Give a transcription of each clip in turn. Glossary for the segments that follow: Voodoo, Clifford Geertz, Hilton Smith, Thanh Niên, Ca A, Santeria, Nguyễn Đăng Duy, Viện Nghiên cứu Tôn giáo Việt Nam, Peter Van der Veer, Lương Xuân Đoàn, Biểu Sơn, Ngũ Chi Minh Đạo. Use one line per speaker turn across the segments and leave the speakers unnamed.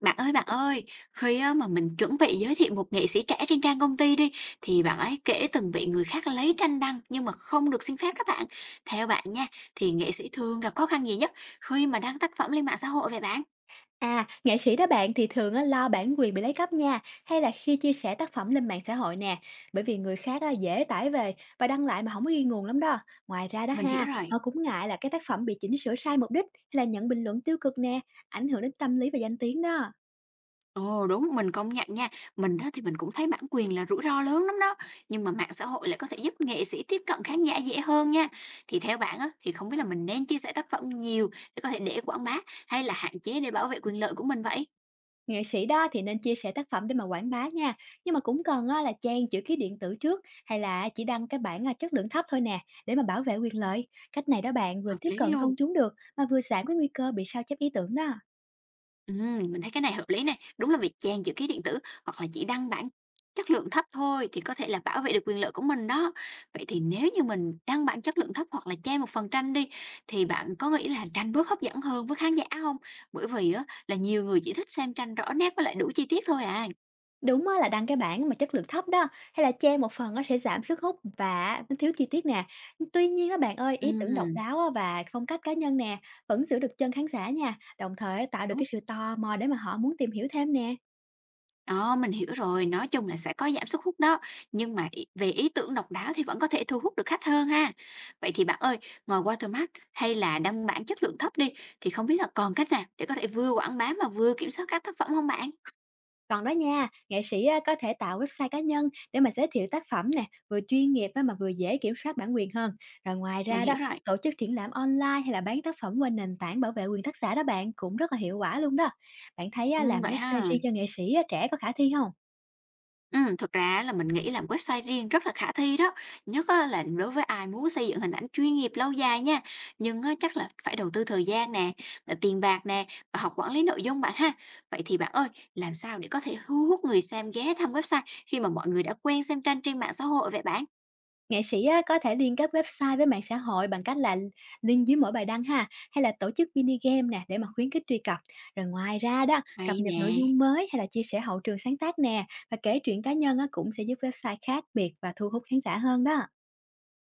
Bạn ơi, khi á mà mình chuẩn bị giới thiệu một nghệ sĩ trẻ trên trang công ty đi, thì bạn ấy kể từng bị người khác lấy tranh đăng nhưng mà không được xin phép đó bạn. Theo bạn nha, thì nghệ sĩ thường gặp khó khăn gì nhất khi mà đăng tác phẩm lên mạng xã hội vậy bạn?
À, nghệ sĩ đó bạn thì thường á, lo bản quyền bị lấy cắp nha, hay là khi chia sẻ tác phẩm lên mạng xã hội nè, bởi vì người khác á, dễ tải về và đăng lại mà không có ghi nguồn lắm đó. Ngoài ra đó
Mình hiểu
ha,
rồi.
họ cũng ngại là cái tác phẩm bị chỉnh sửa sai mục đích hay là nhận bình luận tiêu cực nè, ảnh hưởng đến tâm lý và danh tiếng đó.
Ồ đúng, mình công nhận nha. Mình đó thì mình cũng thấy bản quyền là rủi ro lớn lắm đó. Nhưng mà mạng xã hội lại có thể giúp nghệ sĩ tiếp cận khán giả dễ hơn nha. Thì theo bạn á, thì không biết là mình nên chia sẻ tác phẩm nhiều để có thể quảng bá hay là hạn chế để bảo vệ quyền lợi của mình vậy?
Nghệ sĩ đó thì nên chia sẻ tác phẩm để mà quảng bá nha, nhưng mà cũng cần á, là trang chữ ký điện tử trước hay là chỉ đăng cái bản à, chất lượng thấp thôi nè, để mà bảo vệ quyền lợi. Cách này đó bạn vừa
Hợp
tiếp
lý
cận
luôn.
công chúng được mà vừa giảm cái nguy cơ bị sao chép ý tưởng đó.
Mình thấy cái này hợp lý này. Đúng là việc chèn chữ ký điện tử hoặc là chỉ đăng bản chất lượng thấp thôi thì có thể là bảo vệ được quyền lợi của mình đó. Vậy thì nếu như mình đăng bản chất lượng thấp hoặc là che một phần tranh đi thì bạn có nghĩ là tranh bớt hấp dẫn hơn với khán giả không? Bởi vì á là nhiều người chỉ thích xem tranh rõ nét với lại đủ chi tiết thôi à.
Đúng á, là đăng cái bản mà chất lượng thấp đó, hay là che một phần nó sẽ giảm sức hút và nó thiếu chi tiết nè. Tuy nhiên á bạn ơi, ý tưởng độc
Ừm.
đáo á và phong cách cá nhân nè, vẫn giữ được chân khán giả nha, đồng thời tạo được
Đúng.
cái sự tò mò để mà họ muốn tìm hiểu thêm nè.
Ờ, mình hiểu rồi, nói chung là sẽ có giảm sức hút đó, nhưng mà ý về ý tưởng độc đáo thì vẫn có thể thu hút được khách hơn ha. Vậy thì bạn ơi, ngoài watermark hay là đăng bản chất lượng thấp đi, thì không biết là còn cách nào để có thể vừa quảng bá mà vừa kiểm soát các tác phẩm không bạn?
Còn đó nha, nghệ sĩ á có thể tạo website cá nhân để mà giới thiệu tác phẩm nè, vừa chuyên nghiệp á mà vừa dễ kiểm soát bản quyền hơn. Rồi ngoài
Mình
ra đó,
hiểu rồi,
tổ chức triển lãm online hay là bán tác phẩm qua nền tảng bảo vệ quyền tác giả đó bạn cũng rất là hiệu quả luôn đó. Bạn thấy á, làm
vậy
website
ha.
riêng cho nghệ sĩ á, trẻ có khả thi không?
Thực ra á là mình nghĩ làm website riêng rất là khả thi đó, nhất á là đối với ai muốn xây dựng hình ảnh chuyên nghiệp lâu dài nha. Nhưng á, chắc là phải đầu tư thời gian nè, là tiền bạc nè, và học quản lý nội dung bạn ha. Vậy thì bạn ơi, làm sao để có thể thu hút người xem ghé thăm website khi mà mọi người đã quen xem tranh trên mạng xã hội vậy bạn?
Nghệ sĩ á, có thể liên kết website với mạng xã hội bằng cách là link dưới mỗi bài đăng ha, hay là tổ chức mini game nè để mà khuyến khích truy cập. Rồi ngoài ra đó,
Hay
cập nhật
nè.
nội dung mới hay là chia sẻ hậu trường sáng tác nè và kể chuyện cá nhân á, cũng sẽ giúp website khác biệt và thu hút khán giả hơn đó.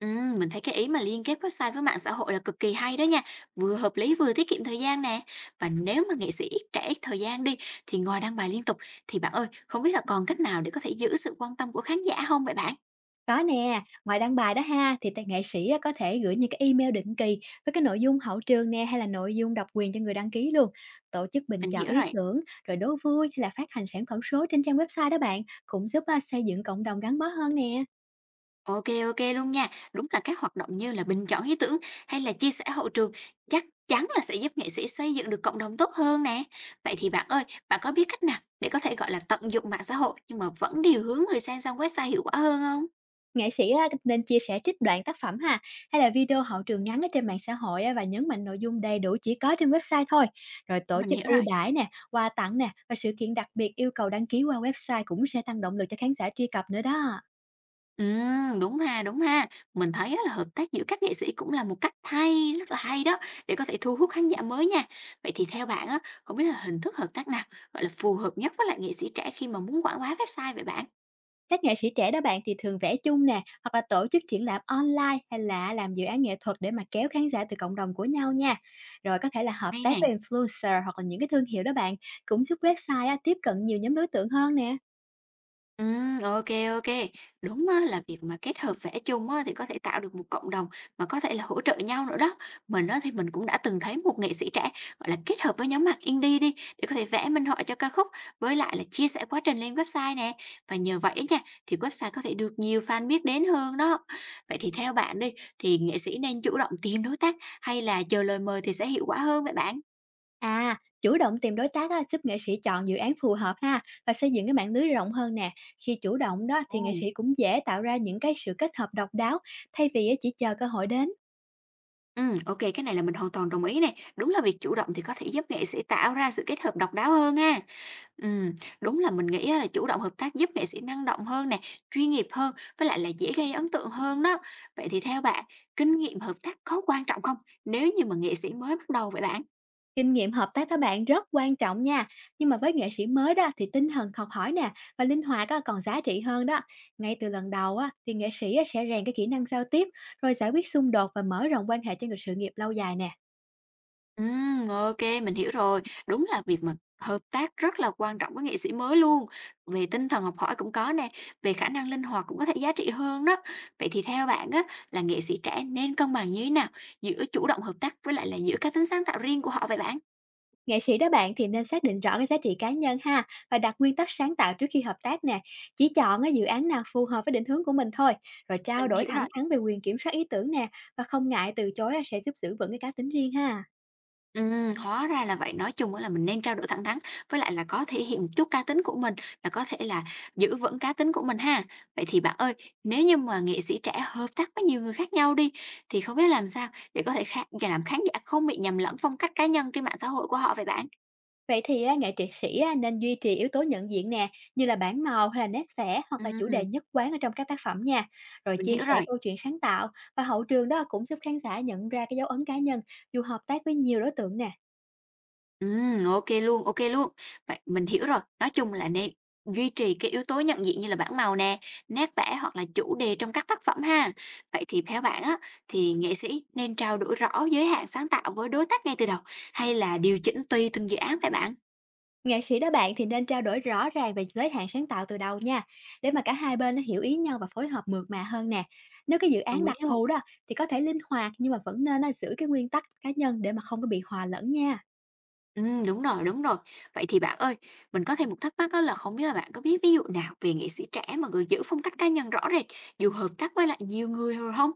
Mình thấy cái ý mà liên kết website với mạng xã hội là cực kỳ hay đó nha, vừa hợp lý vừa tiết kiệm thời gian nè. Và nếu mà nghệ sĩ ít trễ thời gian đi thì ngoài đăng bài liên tục thì bạn ơi, không biết là còn cách nào để có thể giữ sự quan tâm của khán giả không vậy bạn?
Có nè, ngoài đăng bài đó ha thì tài nghệ sĩ á, có thể gửi những cái email định kỳ với cái nội dung hậu trường nè hay là nội dung độc quyền cho người đăng ký luôn. Tổ chức bình
Mình
chọn
hiểu
ý
rồi.
tưởng rồi đố vui hay là phát hành sản phẩm số trên trang website đó bạn cũng giúp à, xây dựng cộng đồng gắn bó hơn nè.
Ok ok luôn nha. Đúng là các hoạt động như là bình chọn ý tưởng hay là chia sẻ hậu trường chắc chắn là sẽ giúp nghệ sĩ xây dựng được cộng đồng tốt hơn nè. Vậy thì bạn ơi, bạn có biết cách nào để có thể gọi là tận dụng mạng xã hội nhưng mà vẫn điều hướng người xem sang website hiệu quả hơn không?
Nghệ sĩ á, nên chia sẻ trích đoạn tác phẩm ha, hay là video hậu trường ngắn ở trên mạng xã hội á, và nhấn mạnh nội dung đầy đủ chỉ có trên website thôi. Rồi tổ
Mình
chức
hiểu
ưu
rồi.
đãi nè, quà tặng nè và sự kiện đặc biệt yêu cầu đăng ký qua website cũng sẽ tăng động lực cho khán giả truy cập nữa đó.
Đúng ha, đúng ha. Mình thấy á là hợp tác giữa các nghệ sĩ cũng là một cách hay, rất là hay đó, để có thể thu hút khán giả mới nha. Vậy thì theo bạn á, không biết là hình thức hợp tác nào, gọi là, phù hợp nhất với lại nghệ sĩ trẻ khi mà muốn quảng bá website vậy bạn?
Các nghệ sĩ trẻ đó bạn thì thường vẽ chung nè, hoặc là tổ chức triển lãm online hay là làm dự án nghệ thuật để mà kéo khán giả từ cộng đồng của nhau nha. Rồi có thể là hợp
Hay
tác
nè.
với influencer hoặc là những cái thương hiệu đó bạn, cũng giúp website á, tiếp cận nhiều nhóm đối tượng hơn nè.
Ok ok. Đúng á, là việc mà kết hợp vẽ chung á, thì có thể tạo được một cộng đồng mà có thể là hỗ trợ nhau nữa đó. Mình á, thì mình cũng đã từng thấy một nghệ sĩ trẻ, gọi là, kết hợp với nhóm nhạc indie đi, để có thể vẽ minh họa cho ca khúc, với lại là chia sẻ quá trình lên website nè. Và nhờ vậy á nha, thì website có thể được nhiều fan biết đến hơn đó. Vậy thì theo bạn đi, thì nghệ sĩ nên chủ động tìm đối tác hay là chờ lời mời thì sẽ hiệu quả hơn vậy bạn?
À, chủ động tìm đối tác á, giúp nghệ sĩ chọn dự án phù hợp ha và xây dựng cái mạng lưới rộng hơn nè. Khi chủ động đó thì nghệ
Ồ.
sĩ cũng dễ tạo ra những cái sự kết hợp độc đáo thay vì á, chỉ chờ cơ hội đến.
Ok cái này là mình hoàn toàn đồng ý này. Đúng là việc chủ động thì có thể giúp nghệ sĩ tạo ra sự kết hợp độc đáo hơn ha. Ừm, đúng là mình nghĩ á là chủ động hợp tác giúp nghệ sĩ năng động hơn nè, chuyên nghiệp hơn, với lại là dễ gây ấn tượng hơn đó. Vậy thì theo bạn, kinh nghiệm hợp tác có quan trọng không, nếu như mà nghệ sĩ mới bắt đầu vậy bạn?
Kinh nghiệm hợp tác các bạn rất quan trọng nha. Nhưng mà với nghệ sĩ mới đó thì tinh thần học hỏi nè và linh hoạt á, còn giá trị hơn đó. Ngay từ lần đầu á, thì nghệ sĩ á, sẽ rèn cái kỹ năng giao tiếp rồi giải quyết xung đột và mở rộng quan hệ cho người sự nghiệp lâu dài nè.
Ok mình hiểu rồi. Đúng là việc mà hợp tác rất là quan trọng với nghệ sĩ mới luôn, về tinh thần học hỏi cũng có nè, về khả năng linh hoạt cũng có thể giá trị hơn đó. Vậy thì theo bạn á, là nghệ sĩ trẻ nên cân bằng như thế nào giữa chủ động hợp tác với lại là giữa cái tính sáng tạo riêng của họ vậy bạn?
Nghệ sĩ đó bạn thì nên xác định rõ cái giá trị cá nhân ha và đặt nguyên tắc sáng tạo trước khi hợp tác nè. Chỉ chọn cái dự án nào phù hợp với định hướng của mình thôi, rồi trao
Mình
đổi
hiểu
thẳng
rồi.
thắn về quyền kiểm soát ý tưởng nè và không ngại từ chối á, sẽ giúp giữ vững cái cá tính riêng ha.
Hóa ra là vậy. Nói chung á là mình nên trao đổi thẳng thắn, với lại là có thể hiện một chút cá tính của mình, là có thể giữ vững cá tính của mình ha. Vậy thì bạn ơi, nếu như mà nghệ sĩ trẻ hợp tác với nhiều người khác nhau đi, thì không biết làm sao để có thể khá để làm khán giả không bị nhầm lẫn phong cách cá nhân trên mạng xã hội của họ vậy bạn?
Vậy thì á, nghệ trị sĩ á, nên duy trì yếu tố nhận diện nè, như là bảng màu hay là nét vẽ hoặc là chủ đề
Ừm,
nhất quán ở trong các tác phẩm nha. Rồi
mình
chia
hiểu
sẻ
rồi.
câu chuyện sáng tạo và hậu trường đó cũng giúp khán giả nhận ra cái dấu ấn cá nhân dù hợp tác với nhiều đối tượng nè.
Ok luôn, ok luôn. Vậy mình hiểu rồi, nói chung là nên duy trì cái yếu tố nhận diện như là bảng màu nè, nét vẽ hoặc là chủ đề trong các tác phẩm ha. Vậy thì theo bạn á, thì nghệ sĩ nên trao đổi rõ giới hạn sáng tạo với đối tác ngay từ đầu hay là điều chỉnh tùy từng dự án vậy bạn?
Nghệ sĩ đó bạn thì nên trao đổi rõ ràng về giới hạn sáng tạo từ đầu nha, để mà cả hai bên nó hiểu ý nhau và phối hợp mượt mà hơn nè. Nếu cái dự án
Đồng ý
đặc
luôn.
thù đó thì có thể linh hoạt nhưng mà vẫn nên là giữ cái nguyên tắc cá nhân để mà không có bị hòa lẫn nha.
Đúng rồi, đúng rồi. Vậy thì bạn ơi, mình có thêm một thắc mắc á là không biết là bạn có biết ví dụ nào về nghệ sĩ trẻ mà người giữ phong cách cá nhân rõ rệt, dù hợp tác với lại nhiều người rồi không.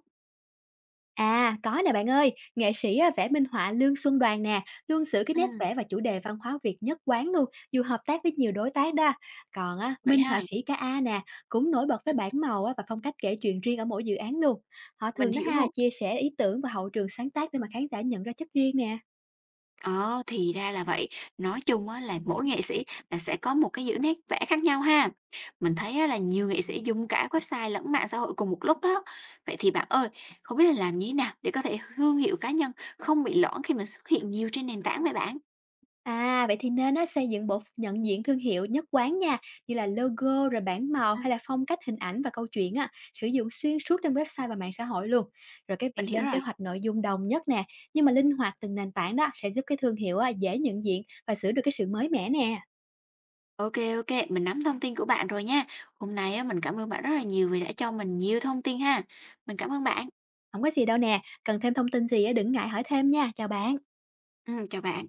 À, có nè bạn ơi, nghệ sĩ à, vẽ minh họa Lương Xuân Đoàn nè, luôn giữ cái nét
Ừm,
vẽ và chủ đề văn hóa Việt nhất quán luôn, dù hợp tác với nhiều đối tác đó. Còn á,
vậy
minh họa
ha,
sĩ Ca A nè, cũng nổi bật với
ừm,
bản màu á, và phong cách kể chuyện riêng ở mỗi dự án luôn. Họ
mình
thường đó
hiểu
ha,
luôn.
chia sẻ ý tưởng và hậu trường sáng tác để mà khán giả nhận ra chất riêng nè.
Ờ, thì ra là vậy. Nói chung á là mỗi nghệ sĩ là sẽ có một cái những nét vẽ khác nhau ha. Mình thấy á là nhiều nghệ sĩ dùng cả website lẫn mạng xã hội cùng một lúc đó. Vậy thì bạn ơi, không biết là làm như thế nào để có thể thương hiệu cá nhân không bị loãng khi mình xuất hiện nhiều trên nền tảng vậy bạn?
À, vậy thì nên á, xây dựng bộ ph nhận diện thương hiệu nhất quán nha, như là logo, rồi bảng màu
Ừ.
hay là phong cách hình ảnh và câu chuyện á, sử dụng xuyên suốt trên website và mạng xã hội luôn. Rồi cái việc
Mình hiểu
lên kế
rồi.
hoạch nội dung đồng nhất nè, nhưng mà linh hoạt từng nền tảng đó sẽ giúp cái thương hiệu á, dễ nhận diện và giữ được cái sự mới mẻ nè.
Ok ok, mình nắm thông tin của bạn rồi nha. Hôm nay á mình cảm ơn bạn rất là nhiều vì đã cho mình nhiều thông tin ha. Mình cảm ơn bạn.
Không có gì đâu nè, cần thêm thông tin gì á, đừng ngại hỏi thêm nha, chào bạn.
Ừ, chào bạn.